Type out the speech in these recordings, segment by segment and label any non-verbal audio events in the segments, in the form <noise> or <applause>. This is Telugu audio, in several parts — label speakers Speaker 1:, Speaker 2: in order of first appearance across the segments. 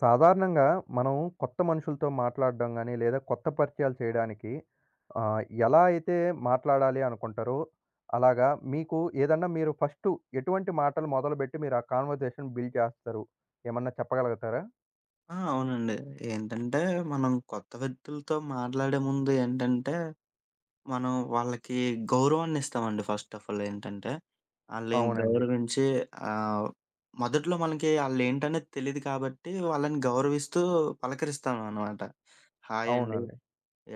Speaker 1: సాధారణంగా మనం కొత్త మనుషులతో మాట్లాడడం గానీ, లేదా కొత్త పరిచయాలు చేయడానికి ఆహ్, ఎలా అయితే మాట్లాడాలి అనుకుంటారో, అలాగా మీకు ఏదన్నా మీరు ఫస్టు ఎటువంటి మాటలు మొదలుపెట్టి మీరు ఆ కాన్వర్జేషన్ బిల్డ్ చేస్తారు? ఏమన్నా చెప్పగలుగుతారా?
Speaker 2: ఆ! అవునండి. ఏంటంటే, మనం కొత్త వ్యక్తులతో మాట్లాడే ముందు ఏంటంటే, మనం వాళ్ళకి గౌరవాన్నిస్తామండి ఫస్ట్ ఆఫ్ ఆల్ ఏంటంటే, ఆళ్ళని
Speaker 1: అవునండి.
Speaker 2: గౌరవించి ఆహ్, మొదట్లో మనకి ఆళ్ళేంటనేది తెలీదు కాబట్టి, వాళ్ళని గౌరవిస్తూ పలకరిస్తామనమాట. హాయ్ అండి,
Speaker 1: అవునండి.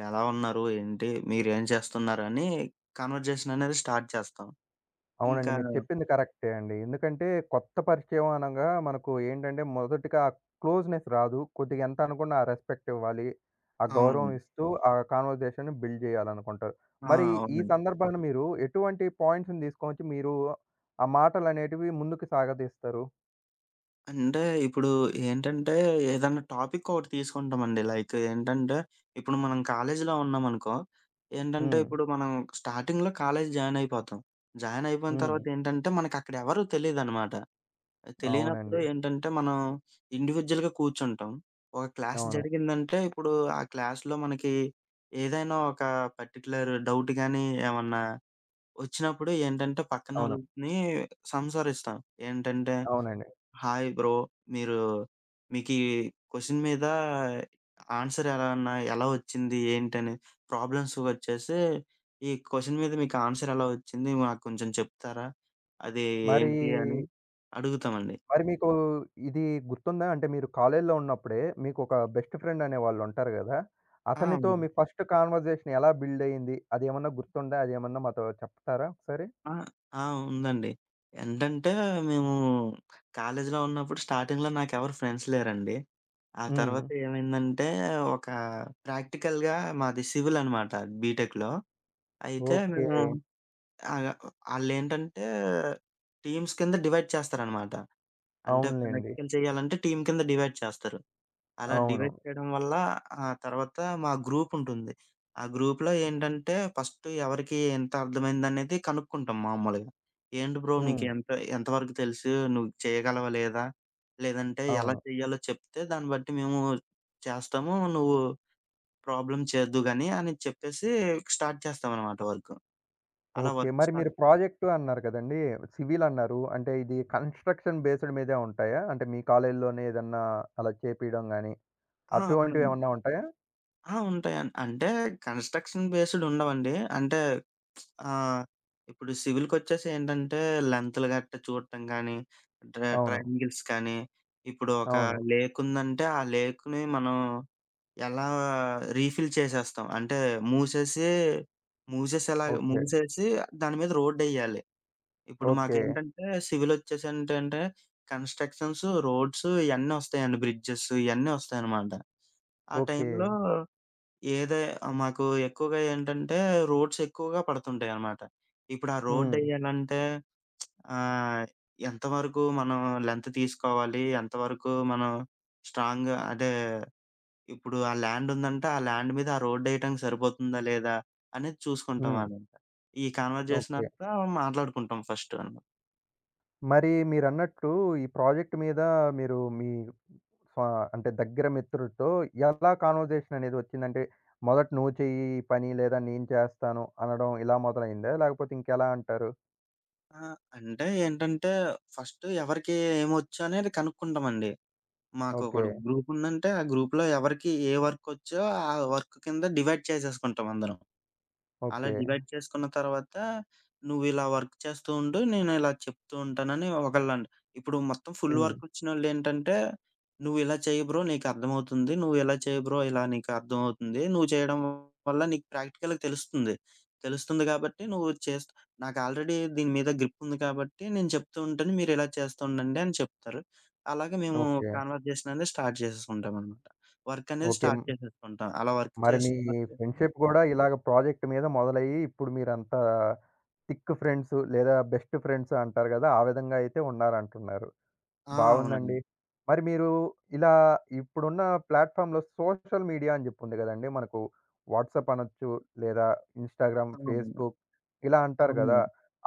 Speaker 2: ఎలా ఉన్నారు, ఏంటి, మీరేం చేస్తున్నారు అని కన్వర్జేషన్ అనేది స్టార్ట్ చేస్తాం.
Speaker 1: అవునండి.
Speaker 2: ఇంకా
Speaker 1: మీరు చెప్పింది కరెక్టే అండి. ఎందుకంటే కొత్త పరిచయం అనంగా మనకు ఏంటంటే మొదటిగా ఆ క్లోజ్‌నెస్ రాదు. కొద్దిగా ఎంత అనుకున్నా ఆ రెస్పెక్ట్ ఇవ్వాలి. ఆ గౌరవం
Speaker 2: అవునండి.
Speaker 1: ఇస్తూ ఆ కన్వర్జేషన్‌ని బిల్డ్ చేయాలనుకుంటారు.
Speaker 2: ఆ!
Speaker 1: మరి ఈ
Speaker 2: అవునండి.
Speaker 1: సందర్భాన మీరు ఎటువంటి పాయింట్స్‌ని తీసుకొనొచ్చి మీరు ఆ మాటలనేటివి ముందుకు సాగదీస్తారు?
Speaker 2: అంటే ఇప్పుడు ఏంటంటే, ఏదన్నా టాపిక్ ఒకటి తీసుకుంటామండి. లైక్ ఏంటంటే, ఇప్పుడు మనం కాలేజీలో ఉన్నామనుకో, ఏంటంటే
Speaker 1: హ్మ్.
Speaker 2: ఇప్పుడు మనం స్టార్టింగ్‌లో కాలేజీ జాయిన్ అయిపోతాం. జాయిన్ అయిపోయిన
Speaker 1: హ్మ్.
Speaker 2: తర్వాత ఏంటంటే, మనకక్కడ ఎవరు తెలీదనమాట. తెలియనప్పుడు
Speaker 1: అవునండి.
Speaker 2: ఏంటంటే, మనం ఇండివిడ్యుయల్‌గా కూర్చుంటాం. ఒక క్లాస్
Speaker 1: అవును.
Speaker 2: జరిగిందంటే, ఇప్పుడు ఆ క్లాస్‌లో మనకి ఏదైనా ఒక పర్టిక్యులర్ డౌట్ గాని, ఏమన్నా వచ్చినప్పుడు ఏంటంటే,
Speaker 1: అవును.
Speaker 2: పక్కనోళ్ళని సంసారిస్తాం. ఏంటంటే
Speaker 1: అవునండి.
Speaker 2: Hi bro. మీరు మీకీ క్వెషన్ మీద ఆన్సర్ ఎలా వచ్చింది? ఏంటని ప్రాబ్లమ్స్ వచ్చేసి, ఈ క్వెషన్ మీద మీకు ఆన్సర్ ఎలా వచ్చింది? మాకు కొంచెం చెప్తారా? అది
Speaker 1: మరి
Speaker 2: ఏంటి అని అడుగుతామండి.
Speaker 1: మరి మీకు ఇది గుర్తుందా? అంటే మీరు కాలేజీలో ఉన్నప్పుడే మీకొక బెస్ట్ ఫ్రెండ్ అనేవాళ్ళు ఉంటారు గదా!
Speaker 2: ఆ!
Speaker 1: అతనితో
Speaker 2: ఉంది.
Speaker 1: మీ ఫస్ట్ కన్వర్జేషన్ ఎలా బిల్డ్ అయింది? అదేమన్నా గుర్తుందా? అదేమన్నా మాతో చెప్తారా ఒకసారి?
Speaker 2: ఆ! ఆ! ఉందండి. ఏంటంటే, మేము కాలేజీలో ఉన్నప్పుడు స్టార్టింగ్‌లో నాకెవరు ఫ్రెండ్స్ లేరండి. ఆ
Speaker 1: హ్మ్.
Speaker 2: తర్వాత ఏమైందంటే, ఒక ప్రాక్టికల్‌గా మాది సివిల్ అనమాట బీటెక్‌లో. అయితే
Speaker 1: ఓకే.
Speaker 2: మేము ఆగ ఆళ్ళేంటంటే టీమ్స్ కింద డివైడ్ చేస్తారనమాట. అంటే
Speaker 1: అవునులెండి.
Speaker 2: ప్రాక్టికల్ చేయాలంటే టీమ్ కింద డివైడ్ చేస్తారు. అలా
Speaker 1: అవును.
Speaker 2: డివైడ్ చేయడం వల్ల ఆ తర్వాత మా గ్రూపుంటుంది. ఆ గ్రూప్‌లో ఏంటంటే ఫస్ట్ ఎవరికి ఎంత అర్థమైందనేది కనుక్కుంటాం మామూలుగా. "ఏంటి బ్రో నీకు
Speaker 1: హ్మ్.
Speaker 2: ఎంత ఎంత వరకు తెలుసు? నువ్వు చేయగలవా లేదా? లేదంటే ఎలా
Speaker 1: అవును.
Speaker 2: చేయాలో చెప్తే దాన్ని బట్టి మేము చేస్తాము. నువ్వు ప్రాబ్లమ్ చేద్దువు గాని" అని చెప్పేసి స్టార్ట్ చేస్తామనమాట వర్క్. అలా
Speaker 1: ఓకే.
Speaker 2: వర్క్
Speaker 1: మరి మీరు
Speaker 2: స్టార్ట్
Speaker 1: ప్రాజెక్ట్ అన్నారు కదండీ! సివిల్ అన్నారు. అంటే ఇది కన్‌స్ట్రక్షన్ బేస్డ్ మీదే ఉంటాయా? అంటే మీ కాలేజీలోనే ఏదన్నా అలా చేపియడం గాని,
Speaker 2: ఆ! అవునండి.
Speaker 1: అటువంటివేమన్నా ఉంటాయా?
Speaker 2: ఆ! ఉంటాయండి. అంటే కన్‌స్ట్రక్షన్ బేస్డ్ ఉండవండి. అంటే ఆహ్, ఇప్పుడు సివిల్‌కొచ్చేసి ఏంటంటే లెంగ్త్‌లు గట్టా చూడటం గానీ, ట్ర
Speaker 1: అవును.
Speaker 2: ట్రయాంగిల్స్ కానీ, ఇప్పుడు ఒక
Speaker 1: అవును.
Speaker 2: లేక్ ఉందంటే ఆ లేక్‌ని మనం ఎలా రీఫిల్ చేసేస్తాం. అంటే మూసేసి, మూసేసి ఎలాగ
Speaker 1: ఓకే.
Speaker 2: మూసేసి దాని మీద రోడ్డెయ్యాలి. ఇప్పుడు
Speaker 1: ఓకే.
Speaker 2: మాకేంటంటే సివిలొచ్చేసి ఏంటంటే కన్‌స్ట్రక్షన్స్, రోడ్స్ ఇయన్నీ వస్తాయండి. బ్రిడ్జెస్ ఇయన్నీ వస్తాయనమాట. ఆ
Speaker 1: ఓకే.
Speaker 2: టైంలో ఏదే మాకు ఎక్కువగా ఏంటంటే రోడ్స్ ఎక్కువగా పడుతుంటాయనమాట. ఇప్పుడు ఆ
Speaker 1: హ్మ్.
Speaker 2: రోడ్డెయ్యాలంటే ఆహ్, ఎంతవరకు మనం లెంత్ తీసుకోవాలి? ఎంతవరకు మనం స్ట్రాంగ్‌గా అదే ఇప్పుడు ఆ ల్యాండుందంటే, ఆ ల్యాండ్ మీద ఆ రోడ్డెయటానికి సరిపోతుందా లేదా? అనేది చూసుకుంటాం
Speaker 1: హ్మ్.
Speaker 2: అనమాట. ఈ కాన్వర్జేషన్
Speaker 1: ఓకే.
Speaker 2: అంతా మాట్లాడుకుంటాం ఫస్ట్ అన్నమాట.
Speaker 1: మరి మీరన్నట్టు ఈ ప్రాజెక్ట్ మీద మీరు మీ స్వ అంటే దగ్గర మిత్రుడితో ఎలా కాన్వర్జేషన్ అనేది వచ్చిందంటే, మొదట నువ్వు చెయ్యి ఈ పని లేదా నేను చేస్తాను అనడం ఇలా మొదలైందా? లేకపోతే ఇంకెలా అంటారు?
Speaker 2: ఆ! అంటే ఏంటంటే, ఫస్ట్ ఎవరికీ ఏమొచ్చు అనేది కనుక్కుంటామండి.
Speaker 1: ఓకే.
Speaker 2: మాకొకడు గ్రూపుందంటే, ఆ గ్రూప్‌లో ఎవరికి ఏ వర్కొచ్చో ఆ వర్క్ కింద డివైడ్ చేసేసుకుంటాం అందరం. అలా
Speaker 1: ఓకే.
Speaker 2: డివైడ్ చేసుకున్న తర్వాత నువ్విలా వర్క్ చేస్తూ ఉండు. నేను ఇలా చెప్తూ ఉంటానని ఒకళ్ళండి. ఇప్పుడు మొత్తం ఫుల్
Speaker 1: హ్మ్.
Speaker 2: వర్క్ వచ్చినోళ్ళేంటంటే, "నువ్విలా చెయ్యి బ్రో నీకర్థమవుతుంది. నువ్విలా చెయ్యి బ్రో ఇలా నీకర్థమవుతుంది. నువ్వు చేయడం వల్ల నీకు ప్రాక్టికల్‌గా తెలుస్తుంది. తెలుస్తుంది కాబట్టి నువ్వు చేస్తు నాకు ఆల్రెడీ దీని మీద గ్రిప్ ఉంది కాబట్టి నేను చెప్తూ ఉంటాను. మీరిలా చేస్తూ ఉండండి" అని చెప్తారు. అలాగే మేము
Speaker 1: ఓకే.
Speaker 2: కాన్వర్జేషన్ అనేది స్టార్ట్ చేసేసుకుంటామనమాట. వర్క్ అనేది
Speaker 1: ఓకే.
Speaker 2: స్టార్ట్
Speaker 1: హ్మ్.
Speaker 2: చేసేసుకుంటాం. అలా వర్క్
Speaker 1: మరి
Speaker 2: చేసి
Speaker 1: మీ
Speaker 2: స్టార్ట్ చేసి
Speaker 1: ఫ్రెండ్‌షిప్ గూడా ఇలాగ ప్రాజెక్ట్ మీద మొదలయ్యి ఇప్పుడు మీరంతా థిక్ ఫ్రెండ్స్ లేదా బెస్ట్ ఫ్రెండ్స్ అంటారు గదా! ఆ విధంగా అయితే ఉన్నారంటున్నారు.
Speaker 2: ఆ! అవునండి.
Speaker 1: బావుందండి. మరి మీరు ఇలా ఇప్పుడున్న ప్లాట్‌ఫామ్‌లో సోషల్ మీడియా అని జెప్పి ఉంది గదండీ. మనకు వాట్సాప్ అనొచ్చు, లేదా ఇన్‌స్టాగ్రామ్,
Speaker 2: అవును.
Speaker 1: ఫేస్‌బుక్ ఇలా అంటారు
Speaker 2: అవును.
Speaker 1: గదా!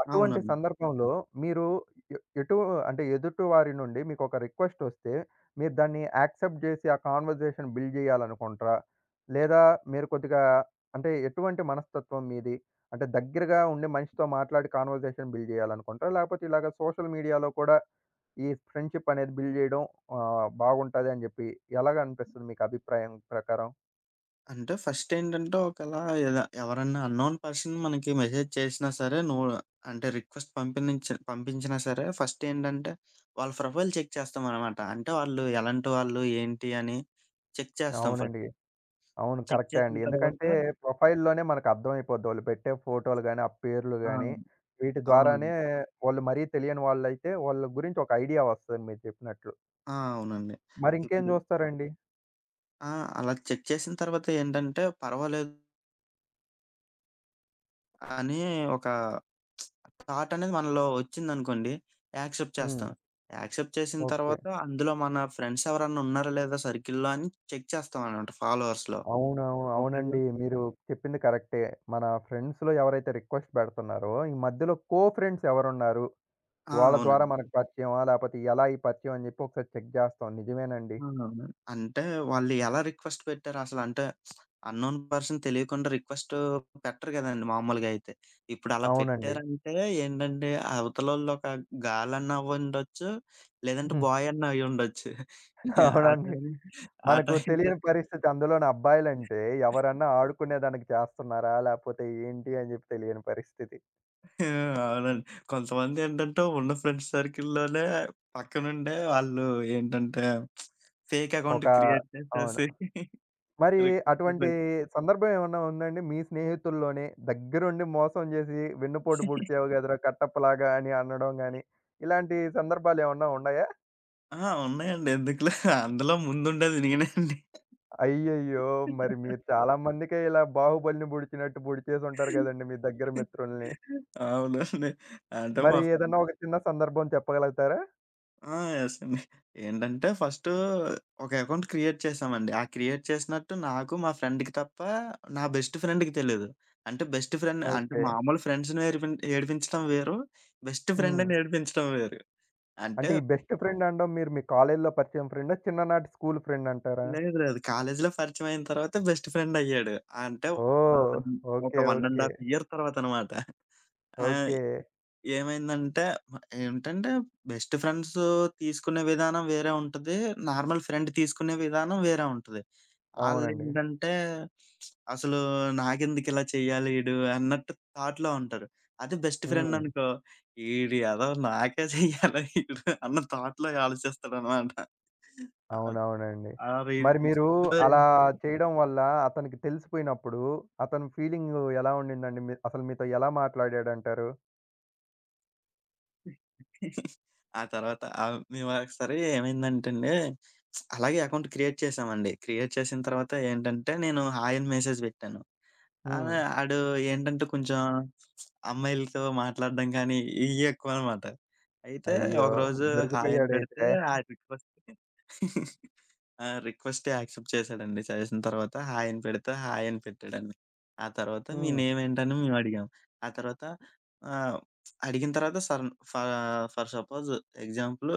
Speaker 1: అటువంటి
Speaker 2: అవునవును.
Speaker 1: సందర్భంలో మీరు ఎ ఎటు అంటే ఎదుటి వారి నుండి మీకొక రిక్వెస్ట్ వస్తే, మీరు దాన్ని యాక్సెప్ట్ జేసి ఆ కాన్వర్జేషన్ బిల్డ్ జేయాలనుకుంటారా? లేదా మీరు కొద్దిగా అంటే ఎటువంటి మనస్తత్వం మీది? అంటే దగ్గరగా ఉండి మనిషితో మాట్లాడి కాన్వర్జేషన్ బిల్డ్ జేయాలనుకుంటారా? లేకపోతే ఇలాగ సోషల్ మీడియాలో కూడా ఈ ఫ్రెండ్‌షిప్ అనేది బిల్డ్ జేయడం బాగుంటది అని జెప్పి ఎలాగ అనిపిస్తుంది మీకు అభిప్రాయం ప్రకారం?
Speaker 2: అంటే ఫస్ట్ ఏంటంటే ఒకేలా ఎవరన్నా అన్నోన్ పర్సన్ మనకి మెసేజ్ చేసినా సరే, నువ్వు అంటే రిక్వెస్ట్ పంపించినా సరే ఫస్ట్ ఏంటంటే వాళ్ళ ప్రొఫైల్ చెక్ చేస్తామనమాట. అంటే వాళ్ళు ఎలాంటి వాళ్ళు, ఏంటి అని చెక్ చేస్తాం
Speaker 1: అవునండి.
Speaker 2: ఫస్ట్.
Speaker 1: అవును.
Speaker 2: చెక్
Speaker 1: కరెక్టే
Speaker 2: చేసిన
Speaker 1: అండి.
Speaker 2: తర్వాత
Speaker 1: ఎందుకంటే ప్రొఫైల్‌లోనే మనకు అర్థమైపోద్ది. వాళ్ళు పెట్టే ఫోటోలు గాని, ఆ పేర్లు
Speaker 2: ఆ!
Speaker 1: గాని వీటి ద్వారానే
Speaker 2: అవునండి.
Speaker 1: వాళ్ళు మరీ తెలియని వాళ్ళైతే వాళ్ళ గురించి ఒక ఐడియా వస్తది మీరు చెప్పినట్లు.
Speaker 2: ఆ! అవునండి.
Speaker 1: మరి ఇంకేం
Speaker 2: ఇప్పుడు
Speaker 1: జూస్తారండి?
Speaker 2: ఆ! అలా చెక్ చేసిన తర్వాత ఏంటంటే పర్వాలేదు అని ఒక థాట్ అనేది మనలో వచ్చిందనుకోండి, యాక్సెప్ట్
Speaker 1: హ్మ్.
Speaker 2: చేస్తాం. యాక్సెప్ట్ చేసిన
Speaker 1: ఓకే.
Speaker 2: తర్వాత అందులో మన ఫ్రెండ్స్ ఎవరన్నా ఉన్నారా లేదా సర్కిల్‌లో అని చెక్ చేస్తామనమాట ఫాలోవర్స్‌లో.
Speaker 1: అవునవును. అవునండి.
Speaker 2: ఒకవేళ
Speaker 1: మీరు చెప్పింది కరెక్టే. మన ఫ్రెండ్స్‌లో ఎవరైతే రిక్వెస్ట్ బెడుతున్నారో ఈ మధ్యలో కో ఫ్రెండ్స్ ఎవరున్నారు?
Speaker 2: ఆ!
Speaker 1: వాళ్ళ ద్వారా
Speaker 2: అవునండి.
Speaker 1: మనకు పరిచయమా? లేపోతే ఎలా ఈ పరిచయం అని జెప్పి ఒకసారి చెక్ జేస్తాం. నిజమేనండి.
Speaker 2: ఆ! అవును. అంటే వాళ్ళు ఎలా రిక్వెస్ట్ పెట్టారు అసలు అంటే అన్నోన్ పర్సన్ తెలియకుండా రిక్వెస్ట్ పెట్టరు గదండీ మామూలుగా అయితే. ఇప్పుడు అలా
Speaker 1: అవునండి.
Speaker 2: పెట్టారంటే ఏంటంటే అవతలోళ్ళు ఒక గర్ల్ అన్నా అవ్వుండొచ్చు, లేదంటే బాయ్
Speaker 1: <laughs>
Speaker 2: అన్నా అయ్యుండొచ్చు. ఆ
Speaker 1: అవునండి.
Speaker 2: టైం ఆ
Speaker 1: మనకు
Speaker 2: టైంలో
Speaker 1: తెలియని పరిస్థితి అందులోని అబ్బాయిలంటే ఎవరన్నా ఆడుకునే దానికి చేస్తున్నారా? లేపోతే ఏంటి అని జెప్పి తెలియని పరిస్థితి.
Speaker 2: అవునండి. కొంతమంది ఏంటంటే ఉన్న ఫ్రెండ్స్ సర్కిల్‌లోనే పక్కనుండే వాళ్ళు ఏంటంటే ఫేక్ అకౌంట్
Speaker 1: ఒక
Speaker 2: క్రియేట్
Speaker 1: అవును.
Speaker 2: చేసేసి
Speaker 1: మరి
Speaker 2: రిక్వెస్ట్‌లు
Speaker 1: అటువంటి
Speaker 2: పెట్టి
Speaker 1: సందర్భం ఏమన్నా ఉందండి? మీ స్నేహితుల్లోనే దగ్గరుండి మోసం జేసి వెన్నుపోటు పుడిచావు గదరా! కట్టప్పలాగా అని అనడం గాని, ఇలాంటి సందర్భాలేమన్నా ఉన్నాయా?
Speaker 2: ఆ! ఉన్నాయండి. ఎందుకు అందులో ముందుండేది నేనే అండి.
Speaker 1: అయ్యయ్యో! మరి మీరు చాలా మందికే ఇలా బాహుబలిని పొడిచినట్టు పొడిచేసుంటారు గదండీ మీ దగ్గర మిత్రుల్ని.
Speaker 2: అవునండి. అంటే మా
Speaker 1: మరి
Speaker 2: ఫ్రెండ్
Speaker 1: ఏదన్నా ఒక చిన్న సందర్భం చెప్పగలుగుతారా?
Speaker 2: ఆ! యెస్ అండి. ఏంటంటే ఫస్టు ఒక అకౌంట్ క్రియేట్ చేశామండి. ఆ క్రియేట్ చేసినట్టు నాకు, మా ఫ్రెండ్‌కి తప్ప నా బెస్ట్ ఫ్రెండ్‌కి తెలీదు. అంటే బెస్ట్ ఫ్రెండ్ అంటే
Speaker 1: ఓకే.
Speaker 2: మామూలు ఫ్రెండ్స్‌ని ఏడిపించడం వేరు. బెస్ట్
Speaker 1: హ్మ్.
Speaker 2: ఫ్రెండ్‌ని ఏడిపించడం వేరు. అంటే
Speaker 1: అంటే ఈ బెస్ట్ ఫ్రెండ్ అనడం మీరు మీ కాలేజీలో పరిచయం ఫ్రెండా? చిన్ననాటి స్కూలు ఫ్రెండ్ అంటారా?
Speaker 2: లేదు లేదు. కాలేజీలో పరిచయం అయిన తర్వాత బెస్ట్ ఫ్రెండ్ అయ్యాడు. అంటే
Speaker 1: ఓహ్!
Speaker 2: వన్ ఒక
Speaker 1: ఓకే.
Speaker 2: 1
Speaker 1: ఓకే.
Speaker 2: ½ ఇయర్ తర్వాతనమాట. ఆ!
Speaker 1: ఓకే.
Speaker 2: ఏమైందంటే మ ఏంటంటే బెస్ట్ ఫ్రెండ్స్ తీసుకునే విధానం వేరే ఉంటది. నార్మల్ ఫ్రెండ్ తీసుకునే విధానం వేరే ఉంటది.
Speaker 1: అవునండి.
Speaker 2: ఆళ్ళేంటంటే అసలు నాకెందుకిలా చేయాలి ఈడు అన్నట్టు థాట్‌లో ఉంటారు. అదే బెస్ట్ ఫ్రెండ్
Speaker 1: హ్మ్.
Speaker 2: అనుకో ఈడు ఎదవ నాకే చెయ్యాలా ఈడు అన్న థాట్‌లో ఆలోచిస్తాడనమాట. ఆ
Speaker 1: అవునవునండి.
Speaker 2: ఆ
Speaker 1: మరి మీరు
Speaker 2: రీతిలో
Speaker 1: అలా చేయడం వల్ల అతనికి తెలిసిపోయినప్పుడు అతని ఫీలింగు ఎలా ఉండిందండి? మీ అసలు మీతో ఎలా మాట్లాడాడంటారు?
Speaker 2: ఏంటంటే ఆ తర్వాత మేమొకసారి ఏమైందంటేండి, అలాగే అకౌంట్ క్రియేట్ చేశామండి. క్రియేట్ చేసిన తర్వాత ఏంటంటే, నేను హాయ్ అని మెసేజ్ పెట్టాను. అలా
Speaker 1: హ్మ్.
Speaker 2: ఆడు ఏంటంటే కొంచెం అమ్మాయిలతో మాట్లాడడం కానీ, ఇయ్యి ఎక్కువనమాట. అయితే
Speaker 1: అయ్యో! ఆ!
Speaker 2: ఒకరోజు హాయ్ అని పెడితే,
Speaker 1: దొరికిపోయాడైతే.
Speaker 2: ఆ రిక్వెస్ట్‌కి <laughs> ఆ! రిక్వెస్ట్ యాక్సెప్ట్ చేశాడండి. చేసిన తర్వాత హాయ్ అని పెడితే, హాయ్ అని పెట్టాడండి. ఆ తర్వాత మీ
Speaker 1: హ్మ్.
Speaker 2: నేమ్ ఏంటని మేము అడిగాం. ఆ తర్వాత ఆహ్, అడిగిన తర్వాత ఫ ఫర్ సపోజ్ ఎగ్జాంపుల్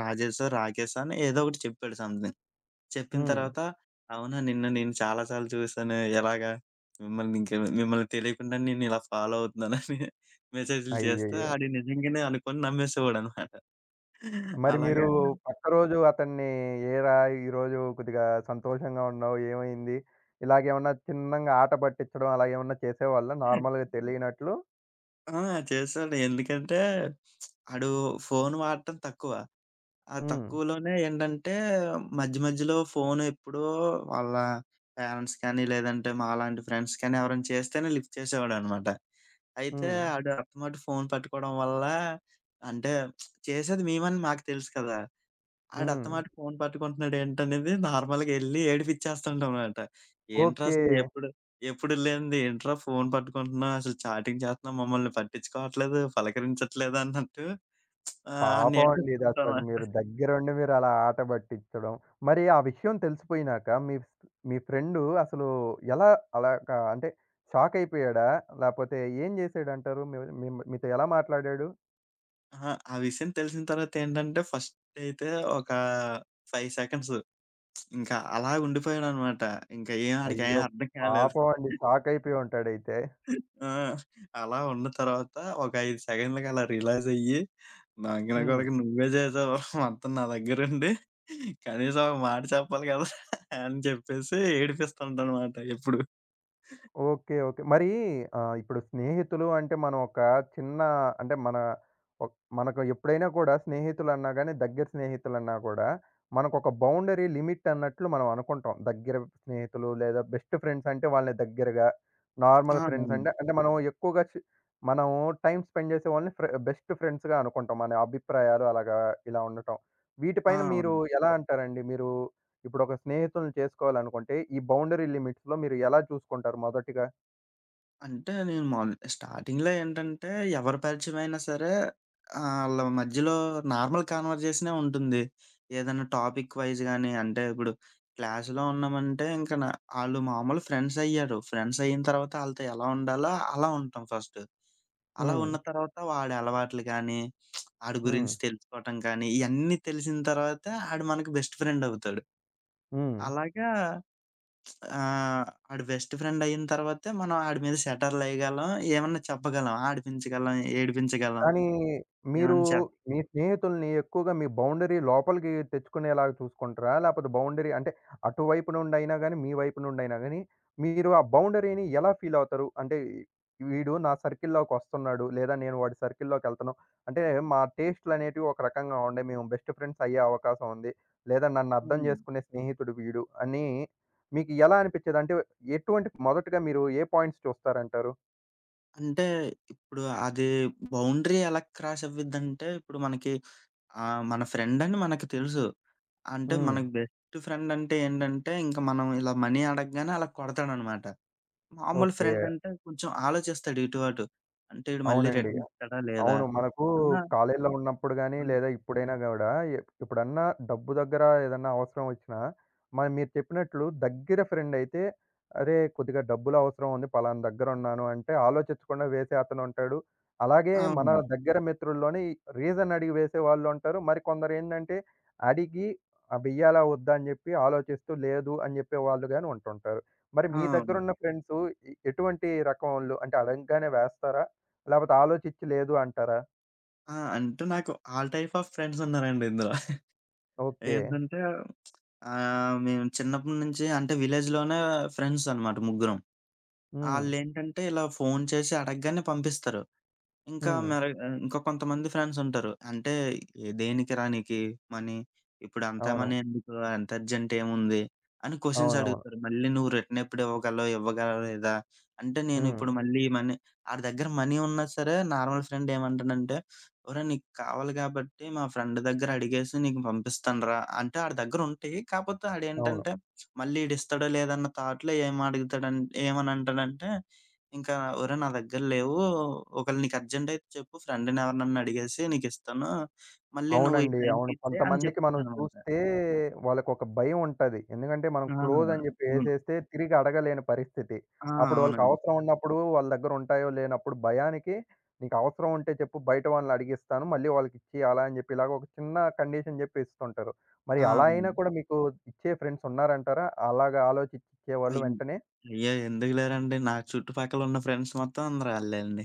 Speaker 2: రాజేషో, రాకేషో అని ఏదో ఒకటి చెప్పాడు సమ్‌థింగ్. చెప్పిన
Speaker 1: హ్మ్.
Speaker 2: తర్వాత, అవునా నిన్ను నేను చాలా సార్లు చూసాను. ఎలాగా మిమ్మల్ని ఇంక మిమ్మల్ని తెలియకుండా నేను ఇలా ఫాలో అవుతున్నానని మెసేజ్‌లు చేస్తే
Speaker 1: అయ్యయ్యో!
Speaker 2: ఆడు నిజంగానే అనుకోని నమ్మేసేవాడనమాట.
Speaker 1: మరి
Speaker 2: అలాగా
Speaker 1: మీరు హ్మ్. పక్క రోజు అతన్ని ఏరా ఈరోజు కొద్దిగా సంతోషంగా ఉన్నావు ఏమైంది? ఇలాగేమన్నా చిన్నంగా ఆట పట్టించడం అలాగేమన్నా చేసేవాళ్ళా నార్మల్‌గా తెలియనట్లు?
Speaker 2: ఆ! చేశాడు. ఎందుకంటే ఆడు ఫోను వాడటం తక్కువ. ఆ
Speaker 1: హ్మ్.
Speaker 2: తక్కువలోనే ఏంటంటే మధ్య మధ్యలో ఫోను ఎప్పుడో వాళ్ళ పేరెంట్స్ కానీ, లేదంటే మాలాంటి ఫ్రెండ్స్ కానీ ఎవరైనా చేస్తేనే లిఫ్ట్ చేసేవాడనమాట. అయితే
Speaker 1: హ్మ్.
Speaker 2: ఆడు అత్తమాట ఫోను పట్టుకోవడం వల్ల అంటే చేసేది మేమని మాకు తెలుసు కదా! ఆడు
Speaker 1: హ్మ్.
Speaker 2: అత్తమాట ఫోను పట్టుకుంటున్నాడు ఏంటనేది నార్మల్‌గా ఎళ్లి ఏడిపిచ్చేస్తుంటామాట. "ఏంట్రా
Speaker 1: ఓకే.
Speaker 2: అసలు ఎప్పుడు ఎప్పుడు లేనిది ఏంట్రా ఫోను పట్టుకుంటున్నావు? అసలు చాటింగ్ చేస్తున్నావు మమ్మల్ని పట్టించుకోవట్లేదు, పలకరించట్లేదు" అన్నట్టు ఆడిని
Speaker 1: పాపం అండి ఇది అసలు.
Speaker 2: ఏడిపిస్తుంటామాట.
Speaker 1: మీరు దగ్గరుండి మీరలా ఆట పట్టిచ్చడం. మరి ఆ విషయం తెలిసిపోయినాక మీ మీ ఫ్రెండు అసలు ఎలా అలాగా అంటే షాక్ అయిపోయాడా? లేపోతే ఏం జేసాడంటారు? మీ మీ మీతో ఎలా మాట్లాడాడు?
Speaker 2: అహా! ఆ విషయం తెలిసిన తర్వాత ఏంటంటే ఫస్ట్ అయితే ఒక 5 సెకండ్స్ ఇంకా అలా ఉండిపోయాడనమాట. ఇంకా ఆడికేం
Speaker 1: అయ్యో!
Speaker 2: అర్థం కాలేదు.
Speaker 1: పాపం అండి. షాక్ అయిపోయి ఉంటాడైతే.
Speaker 2: ఆ! అలా ఉన్న తర్వాత ఒక 5 సెకన్లకి అలా రియలైజ్ అయ్యి, నాకిన
Speaker 1: హ్మ్.
Speaker 2: కొడకా నువ్వే చేసావు మొత్తం నా దగ్గరుండి. కనీసం ఒక మాట చెప్పాలి కదా! అని చెప్పేసి ఏడిపిస్తుంటానన్నమాట ఎప్పుడు.
Speaker 1: ఓకే. ఓకే. మరీ ఇప్పుడు స్నేహితులు అంటే మనం ఒక చిన్న అంటే మన ఒక్ మనకు ఎప్పుడైనా కూడా స్నేహితులన్నా గానీ, దగ్గర స్నేహితులన్నా కూడా మనకొక బౌండరీ లిమిట్ అన్నట్లు మనం అనుకుంటాం. దగ్గర స్నేహితులు లేదా బెస్ట్ ఫ్రెండ్స్ అంటే వాళ్ళని దగ్గరగా,
Speaker 2: ఆ!
Speaker 1: నార్మల్ ఫ్రెండ్స్
Speaker 2: అవును.
Speaker 1: అంటే అంటే మనం ఎక్కువగా మనం టైమ్ స్పెండ్ చేసే వాళ్ళని బెస్ట్ ఫ్రెండ్స్‌గా అనుకుంటాం. మన అభిప్రాయాలు అలాగా ఇలా ఉండటం.
Speaker 2: ఆ!
Speaker 1: వీటిపైన మీరు
Speaker 2: అవును.
Speaker 1: ఎలా అంటారండి? మీరు ఇప్పుడు ఒక స్నేహితులను చేసుకోవాలనుకుంటే, ఈ బౌండరీ లిమిట్స్‌లో మీరు ఎలా చూసుకుంటారు మొదటిగా?
Speaker 2: అంటే నేను మామూలు స్టార్టింగ్‌లో ఏంటంటే ఎవరి పరిచయమైనా సరే ఆళ్ళ మధ్యలో నార్మల్ కన్వర్జేషనే ఉంటుంది. ఏదైనా టాపిక్ వైస్ గాని అంటే ఇప్పుడు క్లాస్‌లో ఉన్నామంటే ఇంక ఆళ్ళు మామూలు ఫ్రెండ్స్ అయ్యారు. ఫ్రెండ్స్ అయిన తర్వాత ఆళ్ళతో ఎలా ఉండాలో అలా ఉంటాం ఫస్ట్. అలా
Speaker 1: హ్మ్.
Speaker 2: ఉన్న తర్వాత వాడి అలవాట్లు గాని, ఆడి
Speaker 1: హ్మ్.
Speaker 2: గురించి తెలుసుకోవటం కానీ ఇయన్నీ తెలిసిన తర్వాతే ఆడు మనకు బెస్ట్ ఫ్రెండ్ అవుతాడు.
Speaker 1: హ్మ్.
Speaker 2: అలాగా ఆ! ఆడు బెస్ట్ ఫ్రెండ్ అయిన తర్వాతే మనం ఆడి మీద సెటర్‌లేయగలం. ఏమన్నా చెప్పగలం, ఆడిపించగలం, ఏడిపించగలం.
Speaker 1: కానీ మీరు
Speaker 2: ఏమన్నా చెప్
Speaker 1: మీ స్నేహితుల్ని ఎక్కువగా మీ బౌండరీ లోపలికి తెచ్చుకునేలాగా చూసుకుంటారా? లేపోతే బౌండరీ అంటే అటువైపు నుండైనా గాని, మీ వైపు నుండైనా గాని, మీరు ఆ బౌండరీని ఎలా ఫీల్ అవుతారు? అంటే వీడు నా సర్కిల్‌లోకి వస్తున్నాడు. లేదా నేను వాడి సర్కిల్‌లోకెళ్తన్నాం. అంటే మా టేస్ట్‌లనేటివి ఒక రకంగా ఉండే. మేము బెస్ట్ ఫ్రెండ్స్ అయ్యే అవకాశం ఉంది. లేదా నన్ను అర్థం
Speaker 2: హ్మ్.
Speaker 1: చేసుకునే స్నేహితుడు వీడు అని మీకు ఎలా అనిపిచ్చేది? అంటే ఎటువంటి మొదటగా మీరు ఏ పాయింట్స్ చూస్తారంటారు?
Speaker 2: అంటే ఇప్పుడు అది బౌండరీ ఎలా క్రాస్ అవ్విద్దంటే, ఇప్పుడు మనకి మన ఫ్రెండ్ అని మనకు తెలుసు. అంటే
Speaker 1: హ్మ్.
Speaker 2: మనకు బెస్ట్ ఫ్రెండ్ అంటే ఏంటంటే, ఇంక మనం ఇలా మనీ అడగగానే అలా కొడతాడనమాట. మామూలు
Speaker 1: ఓకే.
Speaker 2: ఫ్రెండ్ అంటే కొంచెం ఆలోచిస్తాడు ఇటు అటు. అంటే ఈడు మళ్ళీ
Speaker 1: అవునండి.
Speaker 2: రిటర్న్ ఇస్తాడా లేదా?
Speaker 1: అవును. మనకు
Speaker 2: అన్న
Speaker 1: కాలేజీలో ఉన్నప్పుడు గాని,
Speaker 2: అన్
Speaker 1: లేదా ఇప్పుడైనా గూడా ఇప్పుడన్నా డబ్బు దగ్గర ఏదన్నా అవసరం ఒచ్చినా, మరి మీరు చెప్పినట్లు దగ్గర ఫ్రెండయితే, "అరేయ్! కొద్దిగా డబ్బులు అవసరం ఉంది. పలానా దగ్గరున్నాను" అంటే ఆలోచించకుండా వేసే అతనుంటాడు. అలాగే మన
Speaker 2: అవును.
Speaker 1: దగ్గర మిత్రుల్లోనే రీజన్ అడిగి వేసే వాళ్ళుంటారు. మరి కొందరేందంటే, అడిగి వెయ్యాలా? వద్దా? అని జెప్పి ఆలోచిస్తూ లేదు అని జెప్పే వాళ్ళు గాని ఉంటుంటారు. మరి
Speaker 2: ఆ!
Speaker 1: మీ దగ్గరున్న ఫ్రెండ్సు ఎటువంటి రకం ఓళ్ళు? అంటే అడగంగానే వేస్తారా? లేపోతే ఆలోచిచ్చి లేదు అంటారా?
Speaker 2: ఆ! అంటే నాకు ఆల్ టైప్ ఆఫ్ ఫ్రెండ్స్ ఉన్నారండి ఇందులో.
Speaker 1: ఓకే.
Speaker 2: ఏంటంటే మేము చిన్నప్పటి నుంచి అంటే విలేజ్‌లోనే ఫ్రెండ్స్ అన్నమాట ముగ్గురం.
Speaker 1: హ్మ్.
Speaker 2: ఆళ్ళేంటంటే ఇలా ఫోను చేసి అడగగానే పంపిస్తారు. ఇంకా
Speaker 1: హ్మ్.
Speaker 2: మరి ఇంకా కొంతమంది ఫ్యాన్స్ ఉంటారు. అంటే దేనికి రానీకి మనీ, ఇప్పుడు అంత
Speaker 1: అవును.
Speaker 2: మనీ ఎందుకు? అంత అర్జెంట్ ఏముంది? అని క్వెషన్స్
Speaker 1: అవునవును.
Speaker 2: అడుగుతారు. మళ్ళీ నువ్వు రిటర్న్ ఎప్పుడు ఇవ్వగలవు? ఇవ్వగలలేదా? అంటే నేను
Speaker 1: హ్మ్.
Speaker 2: ఇప్పుడు మళ్ళీ మనీ ఆడి దగ్గర మనీ ఉన్నా సరే నార్మల్ ఫ్రెండ్ ఏమంటాడంటే, "ఒరేయ్! నీకు కావాలి కాబట్టి మా ఫ్రెండ్ దగ్గర అడిగేసి నీకు పంపిస్తానురా" అంటే ఆడి దగ్గర ఉంటాయి. కాకపోతే
Speaker 1: అవును.
Speaker 2: ఆడేంటంటే మళ్ళీ ఈడిస్తాడో లేదో అన్న థాట్‌లో ఏం అడుగుతాడంటే ఏమని అంటాడంటే ఇంకా "ఒరేయ్! నా దగ్గర లేవు. ఒకవేళ నీకు అర్జెంటయితే చెప్పు ఫ్రెండ్‌నెవరినన్నా అడిగేసి నీకిస్తాను. మళ్ళీ నువ్వు ఈ
Speaker 1: అవునండి.
Speaker 2: టైంకి
Speaker 1: అవును.
Speaker 2: ఇచ్చేయి" అని
Speaker 1: కొంతమందికి మనం
Speaker 2: చెప్తాడనమాట.
Speaker 1: చూస్తే వాళ్ళకొక భయం ఉంటది. ఎందుకంటే మనం
Speaker 2: ఆ!
Speaker 1: క్లోజ్ అని జెప్పి
Speaker 2: అవును.
Speaker 1: యేసేస్తే తిరిగి అడగలేని పరిస్థితి.
Speaker 2: ఆ!
Speaker 1: అప్పుడు వాళ్ళకి
Speaker 2: అవునండి.
Speaker 1: అవసరం ఉన్నప్పుడు వాళ్ళ దగ్గర ఉంటాయో లేనప్పుడు భయానికి నీకు అవసరం ఉంటే చెప్పు బయట వాళ్ళని అడిగిస్తాను. మళ్ళీ వాళ్ళకిచ్చేయి అలా అని జెప్పి ఇలాగ ఒక చిన్న కండిషన్ జెప్పి ఇస్తుంటారు. మరి
Speaker 2: ఆ!
Speaker 1: అలా
Speaker 2: అవును.
Speaker 1: అయినా కూడా మీకు ఇచ్చే ఫ్రెండ్స్ ఉన్నారంటారా? అలాగా ఆలోచిచ్చి ఇచ్చేవాళ్ళు
Speaker 2: అయ్
Speaker 1: వెంటనే?
Speaker 2: అయ్యో! ఎందుకు లేరండి. నా చుట్టుపక్కలున్న ఫ్రెండ్స్ మొత్తం అందరూ ఆళ్ళే అండి.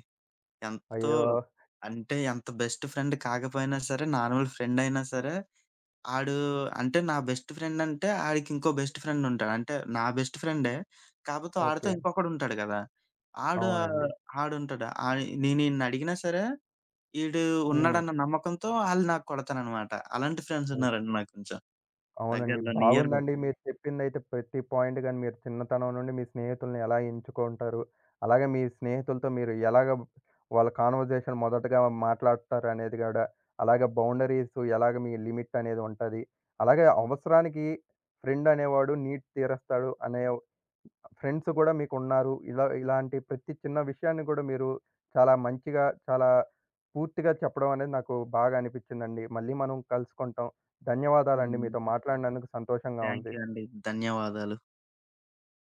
Speaker 2: ఎంతో
Speaker 1: అయ్యో!
Speaker 2: అంటే ఎంత బెస్ట్ ఫ్రెండ్ కాకపోయినా సరే, నార్మల్ ఫ్రెండయినా సరే ఆడు అంటే నా బెస్ట్ ఫ్రెండ్ అంటే ఆడికి ఇంకో బెస్ట్ ఫ్రెండ్ ఉంటాడు. అంటే నా బెస్ట్ ఫ్రెండే. కాపోతే ఆడితో
Speaker 1: ఓకే.
Speaker 2: ఇంకొకడుంటాడు గదా! ఆడు
Speaker 1: అవునండి.
Speaker 2: ఆడుంటాడు. ఆడి నేనీడిని అడిగినా సరే, ఈడు
Speaker 1: హ్మ్.
Speaker 2: ఉన్నాడన్న నమ్మకంతో ఆళ్ళు నాకు కొడతారనమాట. అలాంటి
Speaker 1: ఓహ్!
Speaker 2: ఫ్రెండ్సున్నారండి నాకు కొంచెం
Speaker 1: అవునండి.
Speaker 2: దగ్గరలో నియర్ బై.
Speaker 1: బాగుందండి మీరు చెప్పిందైతే ప్రతి పాయింట్ గాని, మీరు చిన్నతనం నుండి మీ స్నేహితుల్ని ఎలా ఎంచుకుంటారు, అలాగే మీ స్నేహితులతో మీరు ఎలాగ వాళ్ళ కాన్వర్జేషన్ మొదటగా మాట్లాడతారు అనేది గూడా, అలాగే బౌండరీస్ ఎలాగ మీ లిమిట్ అనేది ఉంటది. అలాగే అవసరానికి ఫ్రెండ్ అనేవాడు నీడ్ తీరస్తాడు అనే ఫ్రెండ్స్ కూడా మీకున్నారు. ఇలా ఇలాంటి ప్రతి చిన్న విషయాన్ని కూడా మీరు చాలా మంచిగా, చాలా పూర్తిగా చెప్పడం అనేది నాకు బాగా అనిపిచ్చిందండి. మళ్ళీ మనం కలుసుకుంటాం. ధన్యవాదాలండి.
Speaker 2: అవునండి.
Speaker 1: మీతో మాట్లాడినందుకు సంతోషంగా
Speaker 2: థాంక్
Speaker 1: ఉంది.
Speaker 2: యూ అండి. ధన్యవాదాలు.